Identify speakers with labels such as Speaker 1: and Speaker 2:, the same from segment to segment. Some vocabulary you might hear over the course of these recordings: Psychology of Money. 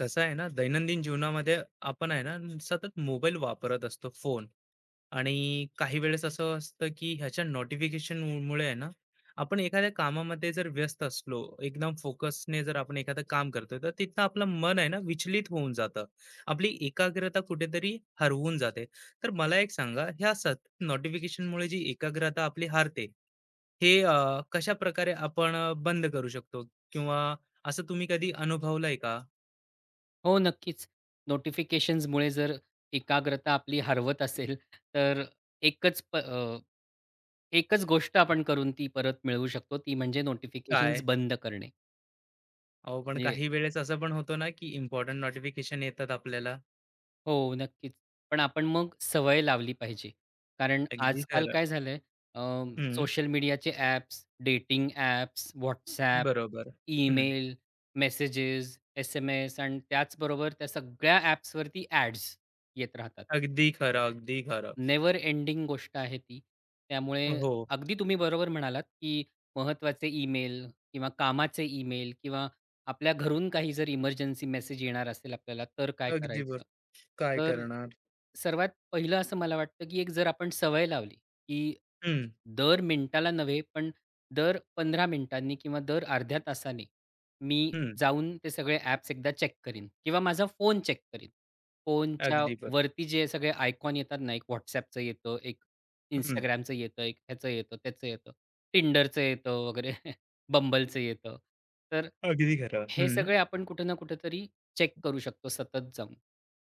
Speaker 1: कसं आहे ना दैनंदिन जीवनामध्ये आपण आहे ना सतत मोबाईल वापरत असतो फोन आणि काही वेळेस असं असतं की ह्याच्या नोटिफिकेशन मुळे आहे ना आपण एखाद्या कामामध्ये जर व्यस्त असलो एकदम फोकसने जर आपण एखादं काम करतोय तर तिथं आपलं मन आहे ना विचलित होऊन जातं. आपली एकाग्रता कुठेतरी हरवून जाते. तर मला एक सांगा ह्या सतत नोटिफिकेशनमुळे जी एकाग्रता आपली हारते हे कशा प्रकारे आपण बंद करू शकतो किंवा असं तुम्ही कधी अनुभवलंय का?
Speaker 2: हो, नक्कीच. नोटिफिकेशन्समुळे जर एकाग्रता आपली हरवत असेल, तर एकच प अ, एकच गोष्ट आपण करून ती परत मिळवू शकतो, ती म्हणजे नोटिफिकेशन्स
Speaker 1: काय?
Speaker 2: बंद करणे.
Speaker 1: अहो, पण
Speaker 2: म्हणजे
Speaker 1: काही वेळेस असं पण होतं ना, की इम्पोर्टंट नोटिफिकेशन येतात आपल्याला.
Speaker 2: हो, नक्कीच. पण आपण मग सवय लावली पाहिजे. कारण
Speaker 1: अगदी
Speaker 2: आजकाल
Speaker 1: खरं.
Speaker 2: काय झालंय. अ,
Speaker 1: हं.
Speaker 2: सोशल मीडियाचे ॲप्स, डेटिंग ॲप्स, WhatsApp,
Speaker 1: बरोबर. हं.
Speaker 2: ईमेल, मेसेजेस, एस-एम-एस आणि त्याचबरोबर त्या सगळ्या ॲप्सवरती ॲड्स येत राहतात.
Speaker 1: अगदी खरं, अगदी खरं.
Speaker 2: नेव्हर एंडिंग गोष्ट आहे ती. त्यामुळे
Speaker 1: हो.
Speaker 2: अगदी तुम्ही बरोबर म्हणालात, की महत्त्वाचे ईमेल किंवा कामाचे ईमेल किंवा आपल्या घरून काही जर इमर्जन्सी मेसेज येणार असेल आपल्याला, तर काय
Speaker 1: अगदी
Speaker 2: करायचं?
Speaker 1: बरं. काय
Speaker 2: तर
Speaker 1: करणार?
Speaker 2: सर्वात पहिलं असं मला वाटतं, की एक जर आपण सवय लावली, की
Speaker 1: हं.
Speaker 2: दर मिनिटाला नव्हे, पण दर 15 मिनिटांनी किंवा दर अर्ध्या तासाने मी
Speaker 1: हं.
Speaker 2: जाऊन ते सगळे ॲप्स एकदा चेक करीन किंवा माझा फोन चेक करीन. फोनच्या
Speaker 1: अगदी बरं.
Speaker 2: वरती जे सगळे आयकॉन येतात ना, एक WhatsAppचं येतं, एक
Speaker 1: हं.
Speaker 2: Instagramचं येतं, एक ह्याचं येतं, त्याचं येतं, Tinderचं येतं वगैरे Bumbleचं येतं. तर
Speaker 1: अगदी खरं.
Speaker 2: हे
Speaker 1: हं.
Speaker 2: सगळे आपण कुठे ना कुठेतरी चेक करू शकतो सतत जाऊन.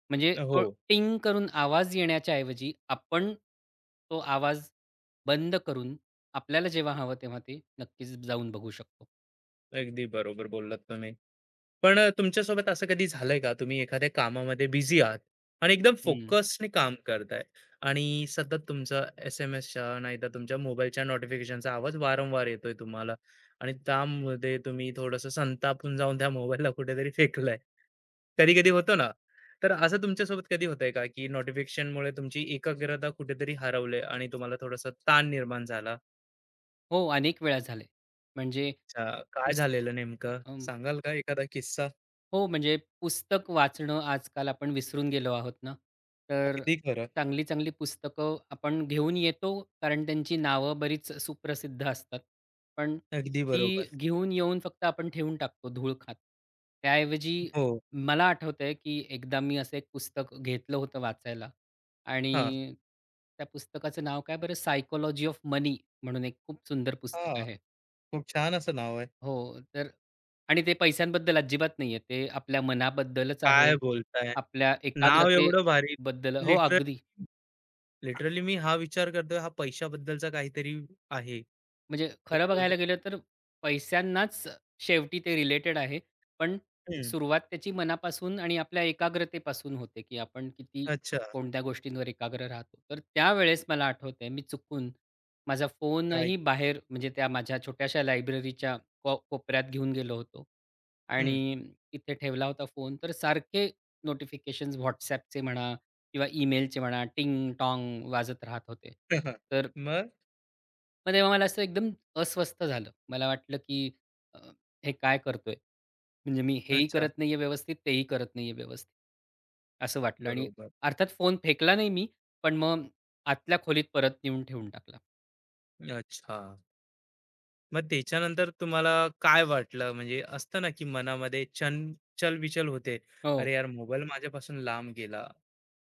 Speaker 2: म्हणजे तो
Speaker 1: हो.
Speaker 2: टिंग करून आवाज येण्याच्या ऐवजी आपण तो आवाज बंद करून आपल्याला जेव्हा हवं तेव्हा ते नक्कीच जाऊन बघू शकतो.
Speaker 1: अगदी बरोबर बोललात तुम्ही. पण तुमच्यासोबत असं कधी झालंय का? तुम्ही एखाद्या कामामध्ये बिझी आहात आणि एकदम
Speaker 2: हं.
Speaker 1: फोकसने काम करताय आणि सतत तुमचा एस-एम-एसचा नाहीतर तुमच्या मोबाईलच्या नोटिफिकेशनचा आवाज वारंवार येतोय तुम्हाला आणि त्यामध्ये तुम्ही थोडंसं संतापून जाऊन त्या मोबाईलला कुठेतरी फेकलाय. कधी-कधी होतं ना, तर असं तुमच्यासोबत कधी होतंय का, की नोटिफिकेशनमुळे तुमची एकाग्रता कुठेतरी हरवली आणि तुम्हाला थोडासा ताण निर्माण झाला?
Speaker 2: हो, अनेक वेळा झालंय. म्हणजे
Speaker 1: अच्छा. काय झालेलं नेमकं? सांगाल का एखादा किस्सा?
Speaker 2: हो, पुस्तक वाचणं आजकाल आपण विसरून गेलो आहोत ना. तर
Speaker 1: अगदी खरं.
Speaker 2: चांगली-चांगली पुस्तकं आपण घेऊन येतो, कारण त्यांची नावं बरीच सुप्रसिद्ध असतात. पण
Speaker 1: अगदी
Speaker 2: ती
Speaker 1: बरोबर.
Speaker 2: घेऊन येऊन फक्त आपण ठेवून टाकतो धूळ खात. त्याऐवजी
Speaker 1: हो.
Speaker 2: मला आठवतंय, की एकदा मी असं एक पुस्तक घेतलं होतं वाचायला
Speaker 1: हां.
Speaker 2: आणि त्या पुस्तकाचं नाव काय बरं? सायकॉलॉजी ऑफ मनी म्हणून एक खूप सुंदर पुस्तक
Speaker 1: हां.
Speaker 2: आहे.
Speaker 1: खूप छान असं नाव आहे.
Speaker 2: हो, तर आणि ते पैशांबद्दल अजिबात नाहीये. ते आपल्या मनाबद्दलच आहे.
Speaker 1: काय बोलताय?
Speaker 2: आपल्या
Speaker 1: नाव एवढं भारी.
Speaker 2: एकाग्रतेबद्दल हो,
Speaker 1: लिटरल
Speaker 2: अगदी.
Speaker 1: लिटरली मी हा विचार करतोय हा पैशाबद्दलचा काहीतरी आहे.
Speaker 2: म्हणजे खरं
Speaker 1: तुम्ही बोलताय.
Speaker 2: बघायला गेलं तर पैशांनाच शेवटी ते रिलेटेड आहे. पण
Speaker 1: हं.
Speaker 2: सुरुवात त्याची मनापासून आणि आपल्या एकाग्रतेपासून होते, की आपण किती
Speaker 1: अच्छा.
Speaker 2: कोणत्या गोष्टींवर एकाग्र राहतो. तर त्यावेळेस मला आठवतंय मी चुकून माझा
Speaker 1: काय?
Speaker 2: फोनही बाहेर म्हणजे त्या माझ्या छोट्याशा लायब्ररीच्या कोपऱ्यात घेऊन गेलो होतो
Speaker 1: हं.
Speaker 2: आणि तिथे ठेवला होता फोन. तर सारखे नोटिफिकेशन्स WhatsAppचे म्हणा किंवा ईमेलचे म्हणा टिंग-टॉंग वाजत राहत होते. तर
Speaker 1: मग?
Speaker 2: मग तेव्हा मला असं एकदम अस्वस्थ झालं. मला वाटलं, की अ, हे काय करतोय? म्हणजे मी हेही
Speaker 1: अच्छा.
Speaker 2: करत नाहीये व्यवस्थित, तेही करत नाहीये व्यवस्थित. असं वाटलं आणि
Speaker 1: बरोबर.
Speaker 2: अर्थात फोन फेकला नाही मी, पण मग आतल्या खोलीत परत नेऊन ठेवून टाकला.
Speaker 1: अच्छा. मग त्याच्यानंतर तुम्हाला काय वाटलं? म्हणजे असतं ना, की मनामध्ये चलबिचल होते.
Speaker 2: हो.
Speaker 1: अरे यार, मोबाईल माझ्यापासून लांब गेला.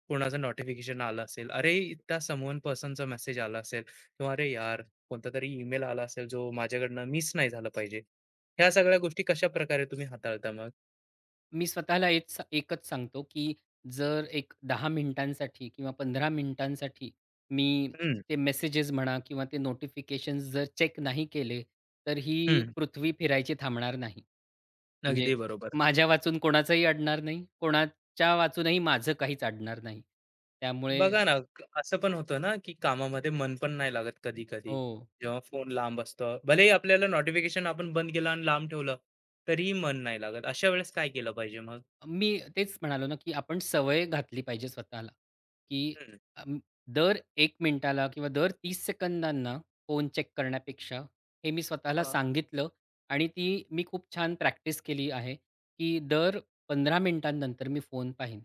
Speaker 1: कोणाचं नोटिफिकेशन आलं असेल, अरे त्या समवन पर्सनचा मेसेज आला असेल किंवा अरे यार, कोणता तरी ईमेल आला असेल, जो माझ्याकडनं मिस नाही झाला पाहिजे. ह्या सगळ्या गोष्टी कशाप्रकारे तुम्ही हाताळता मग?
Speaker 2: मी स्वतःला एक सा एकच सांगतो, की जर एक 10 मिनिटांसाठी किंवा 15 मिनिटांसाठी मी
Speaker 1: हं.
Speaker 2: ते मेसेजेस म्हणा किंवा ते नोटिफिकेशन्स जर चेक नाही केले, तर ही
Speaker 1: हं.
Speaker 2: पृथ्वी फिरायची थांबणार नाही. म्हणजे
Speaker 1: अगदी बरोबर.
Speaker 2: माझ्या वाचून कोणाचंही अडणार नाही, कोणाच्या वाचूनही माझं काहीच अडणार नाही. त्यामुळे
Speaker 1: बघा ना, असं पण होतं ना, की कामामध्ये मन पण नाही लागत कधी-कधी.
Speaker 2: हो.
Speaker 1: जेव्हा फोन लांब असतो. भलेही आपल्याला नोटिफिकेशन आपण बंद केलं आणि लांब ठेवलं, तरीही मन नाही लागत. अशा वेळेस काय केलं पाहिजे मग?
Speaker 2: मी तेच म्हणालो ना, की आपण सवय घातली पाहिजे स्वतःला, की
Speaker 1: हं.
Speaker 2: अं, दर 1 मिनिटाला किंवा दर 30 सेकंदांना फोन चेक करण्यापेक्षा हे मी स्वतःला
Speaker 1: हां.
Speaker 2: सांगितलं आणि ती मी खूप छान प्रॅक्टिस केली आहे, की दर 15 मिनिटांनंतर मी फोन पाहीन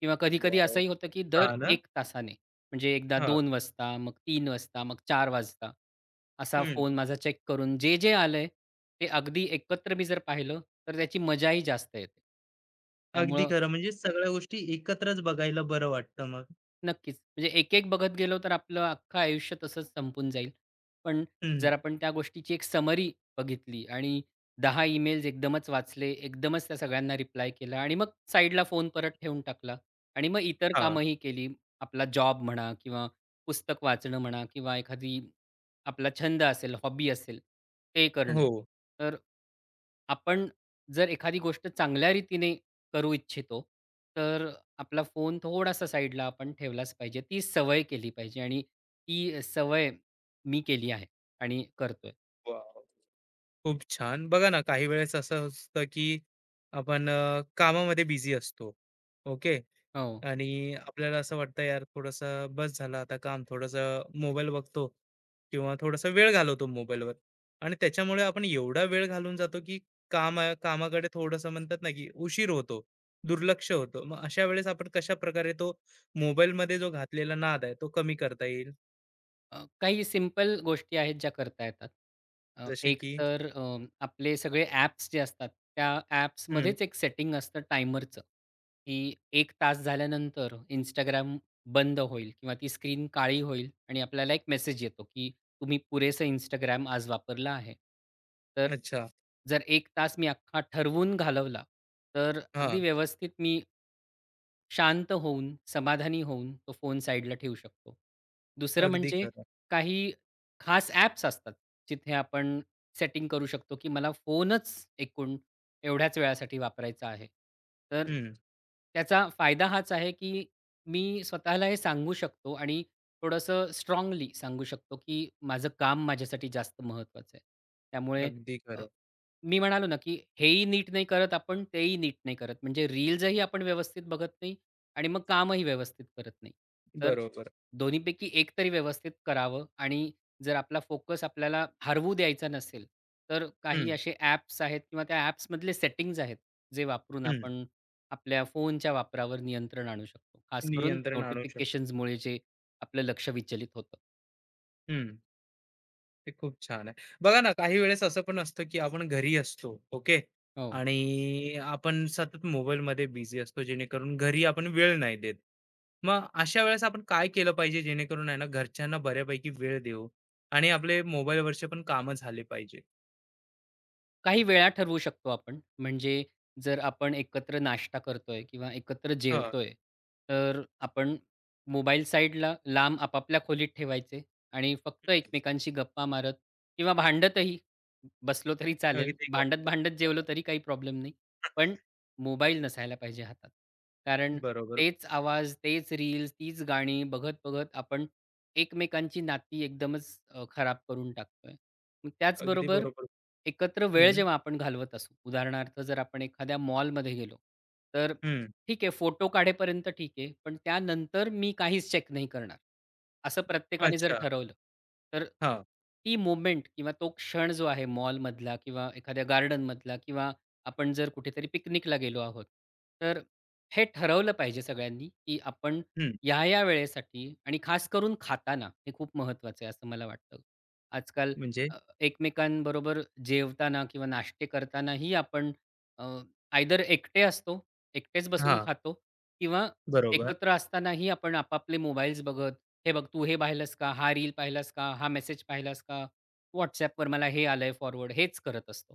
Speaker 2: किंवा कधी-कधी
Speaker 1: वॉव!
Speaker 2: असंही होतं, की दर
Speaker 1: हां ना?
Speaker 2: 1 तासाने. म्हणजे एकदा
Speaker 1: हां.
Speaker 2: 2 वाजता, मग 3 वाजता, मग 4 वाजता असा
Speaker 1: हं.
Speaker 2: फोन माझा चेक करून जे आलंय ते अगदी एकत्र मी जर पाहिलं तर त्याची मजाही जास्त येते.
Speaker 1: अगदी
Speaker 2: त्यामुळं
Speaker 1: खरं. म्हणजे सगळ्या गोष्टी एकत्रच बघायला बरं वाटतं मग.
Speaker 2: नक्कीच. म्हणजे एक-एक बघत गेलो तर आपलं अख्खं आयुष्य तसंच संपून जाईल. पण
Speaker 1: हं.
Speaker 2: जर आपण त्या गोष्टीची एक समरी बघितली आणि 10 ईमेल्स एकदमच वाचले, एकदमच त्या सगळ्यांना रिप्लाय केला आणि मग साईडला फोन परत ठेवून टाकला आणि मग इतर
Speaker 1: हां.
Speaker 2: कामंही केली. आपला जॉब म्हणा किंवा पुस्तक वाचणं म्हणा किंवा एखादी आपला छंद असेल, हॉबी असेल ते
Speaker 1: हो.
Speaker 2: करणं. तर आपण जर एखादी गोष्ट चांगल्या रीतीने करू इच्छितो, तर आपला फोन थोडासा साईडला आपण ठेवलाच पाहिजे. ती सवय केली पाहिजे आणि ती सवय मी केली आहे आणि करतोय.
Speaker 1: वॉव! खूप छान. बघा ना, काही वेळेस असं असतं की आपण कामामध्ये बिझी असतो. ओके.
Speaker 2: हो.
Speaker 1: आणि आपल्याला असं वाटतं यार थोडंसं बस झालं आता काम, थोडंसं मोबाईल बघतो किंवा थोडासा वेळ घालवतो मोबाईलवर आणि त्याच्यामुळे आपण एवढा वेळ घालून जातो की कामाकडे थोडंसं म्हणतात ना, की उशीर होतो, दुर्लक्ष होतं. मग अशा वेळेस आपण कशाप्रकारे तो मोबाईलमध्ये जो घातलेला नाद आहे, तो कमी करता येईल?
Speaker 2: काही सिंपल गोष्टी आहेत ज्या करता येतात.
Speaker 1: जसे
Speaker 2: एक
Speaker 1: की.
Speaker 2: तर आपले सगळे ॲप्स जे असतात, त्या
Speaker 1: हं.
Speaker 2: ॲप्समध्येच एक सेटिंग असतं टायमरचं, की एक तास झाल्यानंतर इंस्टाग्राम बंद होईल किंवा ती स्क्रीन काळी होईल आणि आपल्याला एक मेसेज येतो, की तुम्ही पुरेसं Instagram आज वापरला आहे. तर
Speaker 1: अच्छा.
Speaker 2: जर 1 तास मी अख्खा ठरवून घालवला, तर
Speaker 1: हां.
Speaker 2: अगदी व्यवस्थित मी शांत होऊन, समाधानी होऊन तो फोन साइडला ठेवू शकतो. दुसरं
Speaker 1: अगदी
Speaker 2: म्हणजे
Speaker 1: खरं.
Speaker 2: काही खास ॲप्स असतात, जिथे आपण सेटिंग करू शकतो, की मला फोनच एकूण एवढ्याच वेळासाठी वापरायचा आहे. तर
Speaker 1: हं.
Speaker 2: त्याचा फायदा हाच आहे, की मी स्वतःला हे सांगू शकतो आणि थोडंसं स्ट्राँगली सांगू शकतो, की माझं काम माझ्यासाठी जास्त महत्त्वाचं आहे. त्यामुळे
Speaker 1: अगदी खरं.
Speaker 2: मी म्हणालो ना, की हेही नीट नाही करत आपण, तेही नीट नाही करत. म्हणजे रील्सही आपण व्यवस्थित बघत नाही आणि मग कामही व्यवस्थित करत नाही. तर
Speaker 1: बरोबर.
Speaker 2: दोन्हीपैकी एक तरी व्यवस्थित करावं आणि जर आपला फोकस आपल्याला हरवू द्यायचा नसेल, तर काही
Speaker 1: हं.
Speaker 2: असे ॲप्स आहेत किंवा त्या ॲप्समधले सेटिंग्ज आहेत, जे वापरून
Speaker 1: हं.
Speaker 2: आपण आपल्या फोनच्या वापरावर नियंत्रण आणू शकतो. खास करून
Speaker 1: नियंत्रण आणू शकतो.
Speaker 2: नोटिफिकेशन्समुळे जे आपलं लक्ष विचलित होतं.
Speaker 1: हं, ते खूप छान आहे. बघा ना, काही वेळेस असं पण असतं, की आपण घरी असतो, ओके.
Speaker 2: हो.
Speaker 1: आणि आपण सतत मोबाईलमध्ये बिझी असतो, जेणेकरून घरी आपण वेळ नाही देत. मग अशा वेळेस आपण काय केलं पाहिजे, जेणेकरून आहे ना, घरच्यांना बऱ्यापैकी वेळ देऊ आणि आपले मोबाईलवरचे पण कामं झाले पाहिजे?
Speaker 2: काही वेळा ठरवू शकतो आपण. म्हणजे जर आपण एकत्र नाश्ता करतोय किंवा एकत्र
Speaker 1: हां.
Speaker 2: जेवतोय, तर आपण मोबाईल साइडला, लांब आपापल्या खोलीत ठेवायचे आणि फक्त एकमेकांशी गप्पा मारत किंवा भांडतही बसलो तरी चालेल.
Speaker 1: अगदी खरं,
Speaker 2: भांडत-भांडत
Speaker 1: अगदी
Speaker 2: जेवलो
Speaker 1: खरं.
Speaker 2: तरी काही प्रॉब्लेम नाही. पण मोबाईल नसायला पाहिजे हातात. कारण
Speaker 1: बरोबर.
Speaker 2: तेच आवाज, तेच रील्स, तीच गाणी बघत-बघत आपण एकमेकांची नाती एकदमच खराब करून टाकतोय. मग
Speaker 1: अगदी
Speaker 2: त्याचबरोबर
Speaker 1: बरोबर.
Speaker 2: एकत्र वेळ
Speaker 1: हं.
Speaker 2: जेव्हा आपण घालवत असू, उदाहरणार्थ जर आपण एखाद्या मॉलमध्ये गेलो, तर
Speaker 1: हं.
Speaker 2: ठीक आहे फोटो काढेपर्यंत ठीक आहे, पण त्यानंतर मी काहीच चेक नाही करणार. असं प्रत्येकाने जर
Speaker 1: अच्छा.
Speaker 2: ठरवलं, तर
Speaker 1: हां.
Speaker 2: ती मोमेंट किंवा तो क्षण जो आहे मॉलमधला किंवा एखाद्या गार्डनमधला किंवा आपण जर कुठेतरी पिकनिकला गेलो आहोत, तर हे ठरवलं पाहिजे सगळ्यांनी, की आपण
Speaker 1: हं.
Speaker 2: या-या वेळेसाठी आणि खास करून खाताना हे खूप महत्त्वाचं आहे असं मला वाटतं. आजकाल
Speaker 1: म्हणजे?
Speaker 2: अ, एकमेकांबरोबर जेवताना किंवा नाश्ते करतानाही आपण अ, आयदर एकटे असतो, एकटेच बसून
Speaker 1: हां.
Speaker 2: खातो किंवा
Speaker 1: बरोबर.
Speaker 2: एकत्र असतानाही आपण आपापले मोबाईल्स बघत, "हे बघ, तू हे पाहिलंस का? हा रील पाहिलास का? हा मेसेज पाहिलास का? WhatsAppवर मला हे आलंय फॉरवर्ड." हेच करत असतो.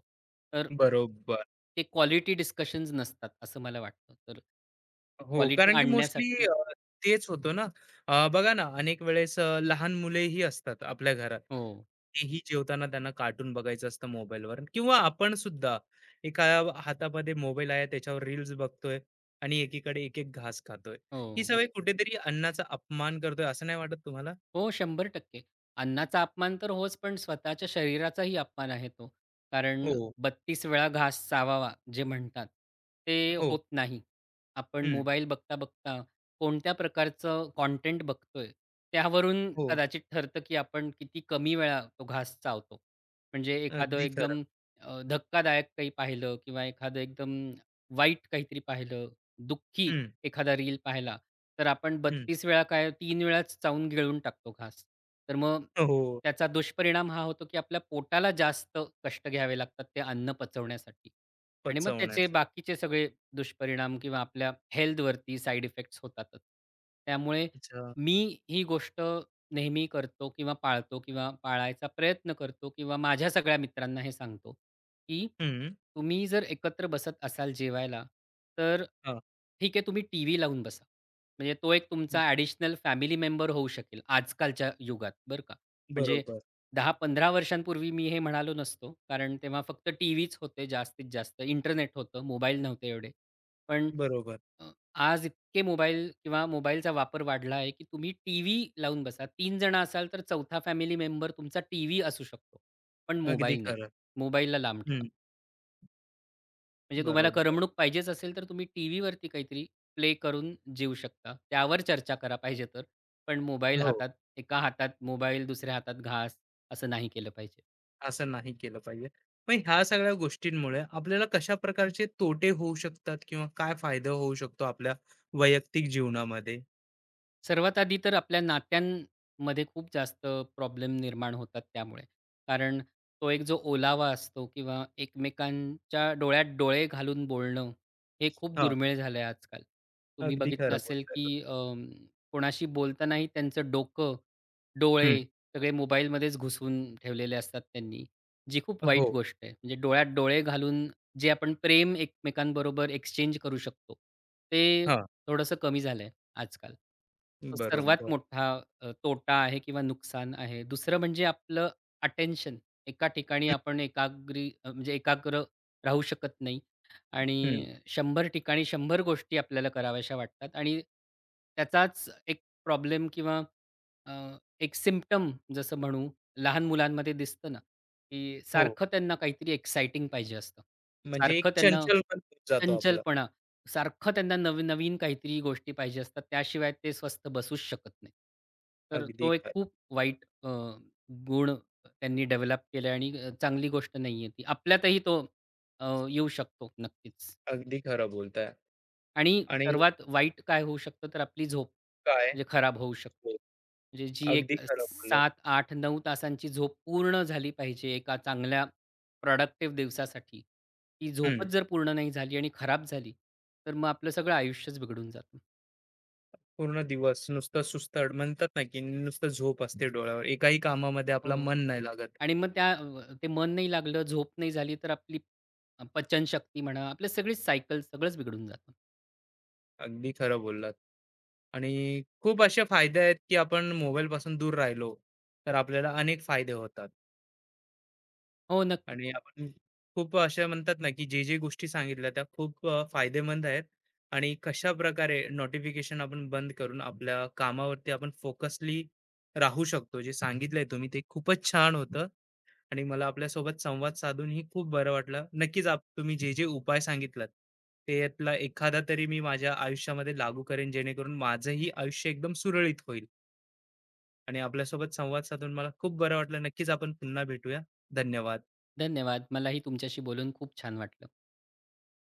Speaker 2: तर
Speaker 1: बरोबर.
Speaker 2: ते क्वालिटी डिस्कशन्स नसतात असं मला वाटतं. तर
Speaker 1: हो, कारण
Speaker 2: क्वालिटी
Speaker 1: की मोस्टली
Speaker 2: आणण्यासाठी
Speaker 1: तेच होतो ना. बघा ना, अनेक वेळेस लहान मुलेही असतात आपल्या घरात.
Speaker 2: हो,
Speaker 1: तेही जेवताना त्यांना कार्टून बघायचं असतं मोबाईलवर किंवा आपण सुद्धा एका हातामध्ये मोबाईल आहे, त्याच्यावर रील्स बघतोय आणि एकीकडे एक-एक घास खातोय. ही
Speaker 2: हो.
Speaker 1: सवय कुठेतरी अन्नाचा अपमान करतोय असं नाही वाटत तुम्हाला?
Speaker 2: हो, 100% अन्नाचा अपमान तर होच, पण स्वतःच्या शरीराचाही अपमान आहे तो. कारण
Speaker 1: हो,
Speaker 2: 32 वेळा घास चावावा जे म्हणतात, ते
Speaker 1: हो.
Speaker 2: होत नाही. आपण
Speaker 1: हं.
Speaker 2: मोबाईल बघता-बघता कोणत्या प्रकारचं कंटेंट बघतोय, त्यावरून
Speaker 1: हो.
Speaker 2: कदाचित ठरतं, की आपण किती कमी वेळा तो घास चावतो. म्हणजे एखादं
Speaker 1: अगदी खरं.
Speaker 2: एकदम धक्कादायक काही पाहिलं किंवा एखादं एकदम वाईट काहीतरी पाहिलं, दुःखी
Speaker 1: हं.
Speaker 2: एखादा रील पाहिला, तर आपण
Speaker 1: हं.
Speaker 2: 32 वेळा काय 3 वेळाच चावून गिळून टाकतो घास. तर मग
Speaker 1: हो,
Speaker 2: त्याचा दुष्परिणाम हा होतो, की आपल्या पोटाला जास्त कष्ट घ्यावे लागतात ते अन्न पचवण्यासाठी आणि मग त्याचे
Speaker 1: पचवण्याचं.
Speaker 2: बाकीचे सगळे दुष्परिणाम किंवा आपल्या हेल्थवरती साइड इफेक्ट्स होतातच. त्यामुळे
Speaker 1: अच्छा.
Speaker 2: मी ही गोष्ट नेहमी करतो किंवा पाळतो किंवा पाळायचा प्रयत्न करतो किंवा माझ्या सगळ्या मित्रांना हे सांगतो, की
Speaker 1: हं.
Speaker 2: तुम्ही जर एकत्र बसत असाल जेवायला, तर
Speaker 1: हां.
Speaker 2: ठीक आहे तुम्ही टीव्ही लावून बसा. म्हणजे तो एक तुमचा ॲडिशनल फॅमिली मेंबर होऊ शकेल आजकालच्या युगात बरं का. म्हणजे
Speaker 1: बरोबर,
Speaker 2: दहा 15 वर्षांपूर्वी मी हे म्हणालो नसतो. कारण तेव्हा फक्त टीव्हीच होते जास्तीत जास्त. इंटरनेट होतं, मोबाईल नव्हते एवढे. पण
Speaker 1: बरोबर.
Speaker 2: अ, आज इतके मोबाईल किंवा मोबाईलचा वापर वाढला आहे, की तुम्ही टीव्ही लावून बसा. 3 जण असाल तर चौथा फॅमिली मेंबर तुमचा टीव्ही असू शकतो. पण
Speaker 1: अगदी
Speaker 2: मोबाईल नाही.
Speaker 1: खरं.
Speaker 2: मोबाईलला लांब ठेवा.
Speaker 1: हं.
Speaker 2: म्हणजे तुम्हाला
Speaker 1: बरोबर.
Speaker 2: करमणूक पाहिजेच असेल तर तुम्ही टीव्हीवरती काहीतरी प्ले करून जेवू शकता. त्यावर चर्चा करा पाहिजे तर. पण मोबाईल
Speaker 1: हो,
Speaker 2: हातात, एका हातात मोबाईल, दुसऱ्या हातात घास असं नाही केलं पाहिजे.
Speaker 1: असं नाही केलं पाहिजे. मग ह्या सगळ्या गोष्टींमुळे आपल्याला कशा प्रकारचे तोटे होऊ शकतात किंवा काय फायदा होऊ शकतो आपल्या वैयक्तिक जीवनामध्ये?
Speaker 2: सर्वात आधी तर आपल्या नात्यांमध्ये खूप जास्त प्रॉब्लेम निर्माण होतात त्यामुळे. कारण तो एक जो ओलावा असतो किंवा एकमेकांच्या डोळ्यात डोळे घालून बोलणं, हे खूप
Speaker 1: हां,
Speaker 2: दुर्मिळ झालं आहे आजकाल. तुम्ही
Speaker 1: अगदी
Speaker 2: बघितलं
Speaker 1: खरं
Speaker 2: असेल
Speaker 1: बोलताय
Speaker 2: की
Speaker 1: तुम्ही.
Speaker 2: कोणाशी बोलतानाही त्यांचं डोकं, डोळे
Speaker 1: हं.
Speaker 2: सगळे मोबाईलमध्येच घुसवून ठेवलेले असतात त्यांनी, जी खूप वाईट
Speaker 1: हो.
Speaker 2: गोष्ट आहे. म्हणजे डोळ्यात डोळे घालून जे आपण प्रेम एकमेकांबरोबर एक्सचेंज करू शकतो, ते
Speaker 1: हां,
Speaker 2: थोडंसं कमी झालं आजकाल. तो सर्वात
Speaker 1: बरोबर.
Speaker 2: मोठा तोटा आहे किंवा नुकसान आहे. दुसरं म्हणजे आपलं अटेन्शन एका ठिकाणी
Speaker 1: हं.
Speaker 2: आपण एकाग्री अ, म्हणजे एकाग्र राहू शकत नाही
Speaker 1: हं.
Speaker 2: आणि 100 ठिकाणी 100 गोष्टी आपल्याला कराव्याशा वाटतात आणि त्याचाच एक प्रॉब्लेम किंवा अ, एक सिम्प्टम जसं म्हणू लहान मुलांमध्ये दिसतं ना, की
Speaker 1: हो,
Speaker 2: सारखं त्यांना काहीतरी एक्साइटिंग पाहिजे असतं.
Speaker 1: म्हणजे
Speaker 2: सारखं
Speaker 1: एक
Speaker 2: त्यांना
Speaker 1: चंचल पण होत जातो आपलं.
Speaker 2: चंचलपणा सारखं त्यांना नवीन-नवीन काहीतरी गोष्टी पाहिजे असतात. त्याशिवाय ते स्वस्थ बसूच शकत नाहीत. तर
Speaker 1: अगदी
Speaker 2: तो एक
Speaker 1: खरं,
Speaker 2: खूप वाईट गुण त्यांनी डेव्हलप केला आहे आणि चांगली गोष्ट नाहीये ती. आपल्यातही तो येऊ शकतो नक्कीच.
Speaker 1: अगदी खरं बोलताय.
Speaker 2: आणि
Speaker 1: आणि
Speaker 2: सर्वात वाईट काय होऊ शकतं, तर आपली झोप
Speaker 1: काय?
Speaker 2: म्हणजे खराब होऊ शकते.
Speaker 1: हो,
Speaker 2: म्हणजे जी
Speaker 1: अगदी
Speaker 2: एक
Speaker 1: खरं बोललात.
Speaker 2: 7, 8 9 तासांची झोप पूर्ण झाली पाहिजे एका चांगल्या प्रॉडक्टिव्ह दिवसासाठी. ती
Speaker 1: हं.
Speaker 2: झोपच जर पूर्ण नाही झाली आणि खराब झाली, तर मग आपलं सगळं आयुष्यच बिघडून जातं.
Speaker 1: पूर्ण दिवस नुसतं सुस्तड म्हणतात ना, की नुसतं झोप असते डोळ्यावर. एकाही कामामध्ये आपला
Speaker 2: हो.
Speaker 1: मन नाही लागत.
Speaker 2: आणि मग त्या ते मन नाही लागलं, झोप नाही झाली, तर आपली पचनशक्ती म्हणा, आपली सगळीच सायकल सगळंच बिघडून जातं.
Speaker 1: अगदी खरं बोललात. आणि खूप असे फायदे आहेत, की आपण मोबाईलपासून दूर राहिलो, तर आपल्याला अनेक फायदे होतात.
Speaker 2: हो, नक्कीच.
Speaker 1: आणि आपण खूप अशा म्हणतात ना, की जे, जे गोष्टी सांगितल्या त्या खूप फायदेमंद आहेत. आणि कशाप्रकारे नोटिफिकेशन आपण बंद करून आपल्या कामावरती आपण फोकसली राहू शकतो. जे सांगितलंय तुम्ही ते खूपच छान होतं. आणि मला आपल्यासोबत संवाद साधूनही खूप बरं वाटलं. नक्कीच तुम्ही जे जे उपाय सांगितलात, त्यातला एखादा तरी मी माझ्या आयुष्यामध्ये लागू करेन, जेणेकरून माझंही आयुष्य एकदम सुरळीत होईल. आणि आपल्यासोबत संवाद साधून मला खूप बरं वाटलं. नक्कीच आपण पुन्हा भेटूया. धन्यवाद.
Speaker 2: धन्यवाद. मलाही तुमच्याशी बोलून खूप छान वाटलं.